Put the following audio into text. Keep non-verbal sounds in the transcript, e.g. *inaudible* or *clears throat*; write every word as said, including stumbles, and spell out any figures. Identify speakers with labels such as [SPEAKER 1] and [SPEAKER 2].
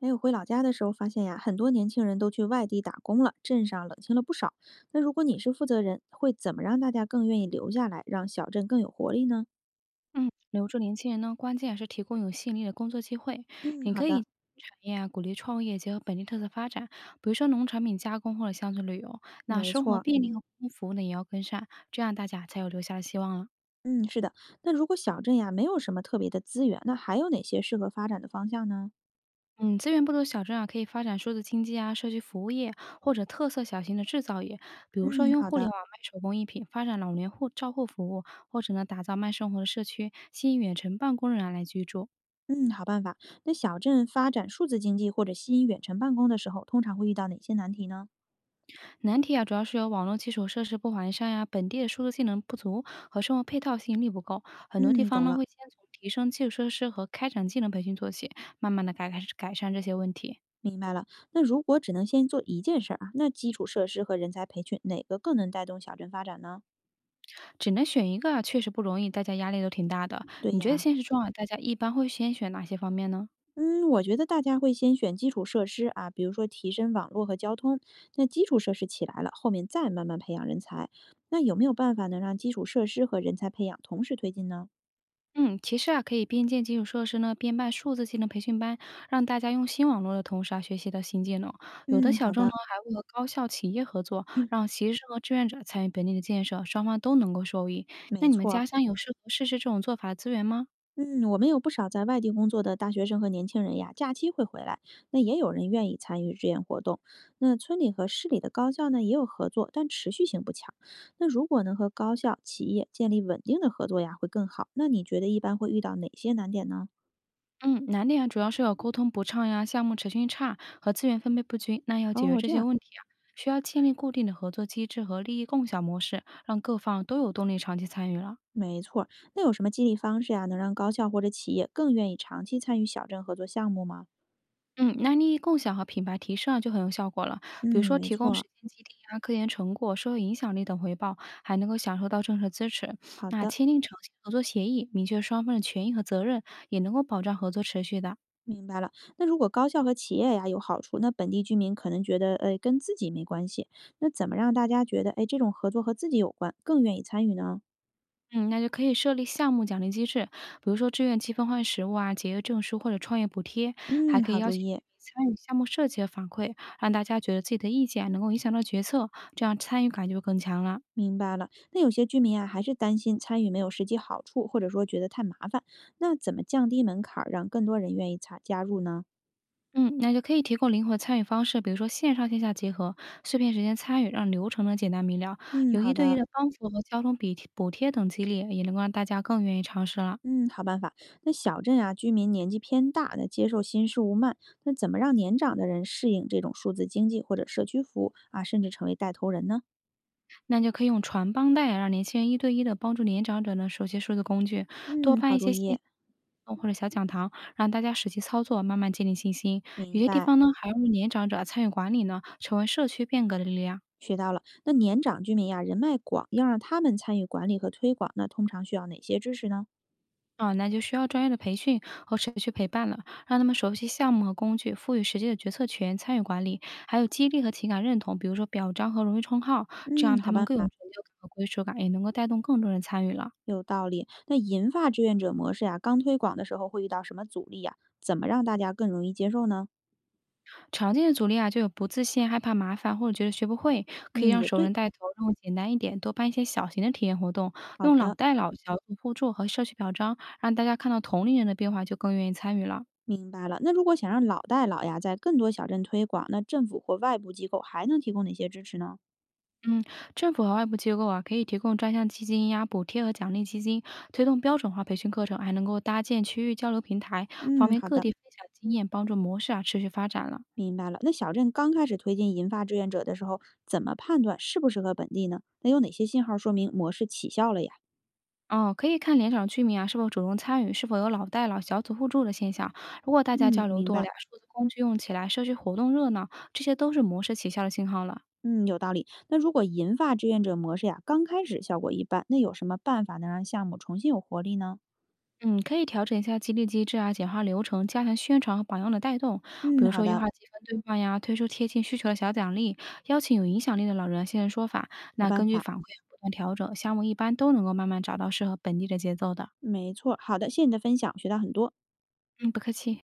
[SPEAKER 1] 还有回老家的时候发现呀，很多年轻人都去外地打工了，镇上冷清了不少。那如果你是负责人，会怎么让大家更愿意留下来，让小镇更有活力呢？
[SPEAKER 2] 嗯，留住年轻人呢，关键还是提供有吸引力的工作机会。
[SPEAKER 1] 嗯，
[SPEAKER 2] 你
[SPEAKER 1] 好
[SPEAKER 2] 可以
[SPEAKER 1] 的，
[SPEAKER 2] 产业啊，鼓励创业，结合本地特色发展，比如说农产品加工或者乡村旅游。那
[SPEAKER 1] 没
[SPEAKER 2] 生
[SPEAKER 1] 错
[SPEAKER 2] 活
[SPEAKER 1] 儿。
[SPEAKER 2] 便利和嗯公共服务呢，也要跟上，这样大家才有留下的希望了。
[SPEAKER 1] 嗯，是的。那如果小镇呀没有什么特别的资源，那还有哪些适合发展的方向呢？
[SPEAKER 2] 嗯，资源不足小镇啊，可以发展数字经济啊、社区服务业或者特色小型的制造业，比如说
[SPEAKER 1] 嗯，
[SPEAKER 2] 用
[SPEAKER 1] 好
[SPEAKER 2] 互联
[SPEAKER 1] 的，
[SPEAKER 2] 网卖手工艺品，发展老年护照护服务，或者呢打造慢生活的社区，吸引远程办公人员来居住。
[SPEAKER 1] 嗯，好办法。那小镇发展数字经济或者吸引远程办公的时候，通常会遇到哪些难题呢？
[SPEAKER 2] 难题啊，主要是由网络基础设施不完善呀、本地的数字技能不足和生活配套吸引力不够，很多地
[SPEAKER 1] 嗯，
[SPEAKER 2] 方
[SPEAKER 1] 懂
[SPEAKER 2] 呢
[SPEAKER 1] 了。
[SPEAKER 2] 会先从提升基础设施和开展技能培训做起，慢慢的改改改善这些问题。
[SPEAKER 1] 明白了。那如果只能先做一件事儿啊，那基础设施和人才培训哪个更能带动小镇发展呢？
[SPEAKER 2] 只能选一个啊，确实不容易，大家压力都挺大的。
[SPEAKER 1] 对
[SPEAKER 2] 你觉得
[SPEAKER 1] 呀，
[SPEAKER 2] 现实中啊，大家一般会先选哪些方面呢？
[SPEAKER 1] 嗯，我觉得大家会先选基础设施啊，比如说提升网络和交通。那基础设施起来了，后面再慢慢培养人才。那有没有办法能让基础设施和人才培养同时推进呢？
[SPEAKER 2] 嗯，其实啊，可以边建基础设施呢，边办数字技能培训班，让大家用新网络的同时啊，学习到新技能。有的
[SPEAKER 1] 嗯，
[SPEAKER 2] 小
[SPEAKER 1] 好
[SPEAKER 2] 众呢，
[SPEAKER 1] 的，
[SPEAKER 2] 还会和高校、企业合作，让
[SPEAKER 1] *clears throat*
[SPEAKER 2] 学生和志愿者参与本地的建设，双方都能够受益。那
[SPEAKER 1] 没
[SPEAKER 2] 你们
[SPEAKER 1] 错
[SPEAKER 2] 家
[SPEAKER 1] 儿。
[SPEAKER 2] 乡有适合试试这种做法的资源吗？
[SPEAKER 1] 嗯，我们有不少在外地工作的大学生和年轻人呀，假期会回来，那也有人愿意参与志愿活动。那村里和市里的高校呢也有合作，但持续性不强。那如果能和高校、企业建立稳定的合作呀，会更好。那你觉得一般会遇到哪些难点呢？
[SPEAKER 2] 嗯，难点啊，主要是有沟通不畅呀、项目程序差和资源分配不均。那要解决
[SPEAKER 1] 哦，
[SPEAKER 2] 这
[SPEAKER 1] 这
[SPEAKER 2] 些
[SPEAKER 1] 样，
[SPEAKER 2] 问题啊，需要建立固定的合作机制和利益共享模式，让各方都有动力长期参与了。
[SPEAKER 1] 没错儿。那有什么激励方式呀，能让高校或者企业更愿意长期参与小镇合作项目吗？
[SPEAKER 2] 嗯，那利益共享和品牌提升啊就很有效果了。比如
[SPEAKER 1] 嗯，
[SPEAKER 2] 说，
[SPEAKER 1] 没
[SPEAKER 2] 提
[SPEAKER 1] 错
[SPEAKER 2] 供时
[SPEAKER 1] 儿。
[SPEAKER 2] 间激励啊、科研成果、社会影响力等回报，还能够享受到政策支持。
[SPEAKER 1] 好
[SPEAKER 2] 那
[SPEAKER 1] 的。
[SPEAKER 2] 签订诚信合作协议，明确双方的权益和责任，也能够保障合作持续的。
[SPEAKER 1] 明白了，那如果高校和企业呀有好处，那本地居民可能觉得，呃，跟自己没关系。那怎么让大家觉得，哎，这种合作和自己有关，更愿意参与呢？
[SPEAKER 2] 嗯，那就可以设立项目奖励机制，比如说志愿积分换实物啊、节约证书或者创业补贴，还
[SPEAKER 1] 嗯，
[SPEAKER 2] 可以
[SPEAKER 1] 好
[SPEAKER 2] 邀
[SPEAKER 1] 主
[SPEAKER 2] 请
[SPEAKER 1] 意，
[SPEAKER 2] 居民参与项目设计和反馈，让大家觉得自己的意见啊能够影响到决策，这样参与感就会更强了。
[SPEAKER 1] 明白了。那有些居民啊，还是担心参与没有实际好处，或者说觉得太麻烦。那怎么降低门槛儿，让更多人愿意参加入呢？
[SPEAKER 2] 嗯，那就可以提供灵活参与方式，比如说线上线下结合，碎片时间参与，让流程呢简单明了，
[SPEAKER 1] 嗯，
[SPEAKER 2] 有一
[SPEAKER 1] 好
[SPEAKER 2] 对一
[SPEAKER 1] 的，
[SPEAKER 2] 的帮扶和交通比补贴等激励，也能够让大家更愿意尝试了。
[SPEAKER 1] 嗯，好办法。那小镇啊，居民年纪偏大，那接受新事物慢，那怎么让年长的人适应这种数字经济或者社区服务啊，甚至成为带头人呢？
[SPEAKER 2] 那就可以用传帮带啊让年轻人一对一的帮助年长者呢熟悉数字工具，多
[SPEAKER 1] 嗯，
[SPEAKER 2] 办
[SPEAKER 1] 好
[SPEAKER 2] 一
[SPEAKER 1] 主
[SPEAKER 2] 些线
[SPEAKER 1] 意，
[SPEAKER 2] 活动或者小讲堂，让大家实际操作，慢慢建立信心。有
[SPEAKER 1] 明
[SPEAKER 2] 些地
[SPEAKER 1] 白，
[SPEAKER 2] 方呢还用年长者参与管理呢，成为社区变革的力量。
[SPEAKER 1] 学到了。那年长居民呀，人脉广，要让他们参与管理和推广，那通常需要哪些支持呢？
[SPEAKER 2] 啊，那就需要专业的培训和社区陪伴了，让他们熟悉项目和工具，赋予实际的决策权、参与管理，还有激励和情感认同，比如说表彰和荣誉称号，这
[SPEAKER 1] 嗯，
[SPEAKER 2] 样他
[SPEAKER 1] 好
[SPEAKER 2] 们
[SPEAKER 1] 办
[SPEAKER 2] 更有成
[SPEAKER 1] 法，
[SPEAKER 2] 就感和归属感，也能够带动更多人参与了。
[SPEAKER 1] 有道理。那银发志愿者模式呀，刚推广的时候会遇到什么阻力呀？怎么让大家更容易接受呢？
[SPEAKER 2] 常见的阻力啊，就有不自信、害怕麻烦或者觉得学不会，可以
[SPEAKER 1] 嗯，
[SPEAKER 2] 让
[SPEAKER 1] 也
[SPEAKER 2] 熟人
[SPEAKER 1] 对，
[SPEAKER 2] 带头，任务简单一点，多办一些小型的体验活动，
[SPEAKER 1] 好
[SPEAKER 2] 用老
[SPEAKER 1] 的，
[SPEAKER 2] 带老、小组互助和社区表彰，让大家看到同龄人的变化，就更愿意参与了。
[SPEAKER 1] 明白了。那如果想让老带老呀，在更多小镇推广，那政府或外部机构还能提供哪些支持呢？
[SPEAKER 2] 嗯，政府和外部机构啊，可以提供专项基金呀、补贴和奖励基金，推动标准化培训课程，还能够搭建区域交流平台，方
[SPEAKER 1] 嗯，
[SPEAKER 2] 便
[SPEAKER 1] 好
[SPEAKER 2] 各
[SPEAKER 1] 的。
[SPEAKER 2] 地分享经验，帮助模式啊持续发展了。
[SPEAKER 1] 明白了。那小镇刚开始推进银发志愿者的时候，怎么判断适不适合本地呢？那有哪些信号说明模式起效了呀？
[SPEAKER 2] 哦，可以看联场居民啊是否主动参与，是否有老带老、小组互助的现象。如果大家交
[SPEAKER 1] 嗯，
[SPEAKER 2] 流
[SPEAKER 1] 明
[SPEAKER 2] 多了
[SPEAKER 1] 白。
[SPEAKER 2] 呀，数字工具用起来，社区活动热闹，这些都是模式起效的信号了。
[SPEAKER 1] 嗯，有道理。那如果银发志愿者模式呀，刚开始效果一般，那有什么办法能让项目重新有活力呢？
[SPEAKER 2] 嗯，可以调整一下激励机制啊，简化流程，加强宣传和榜样的带动。比
[SPEAKER 1] 嗯，
[SPEAKER 2] 如
[SPEAKER 1] 好
[SPEAKER 2] 说优
[SPEAKER 1] 的，
[SPEAKER 2] 化积分兑换呀，推出贴近需求的小奖励，邀请有影响力的老人现身说法。
[SPEAKER 1] 好
[SPEAKER 2] 那
[SPEAKER 1] 办
[SPEAKER 2] 根据
[SPEAKER 1] 法。
[SPEAKER 2] 反馈啊不断调整，项目一般都能够慢慢找到适合本地的节奏的。
[SPEAKER 1] 没错，好的，谢谢你的分享，我学到很多。
[SPEAKER 2] 嗯，不客气。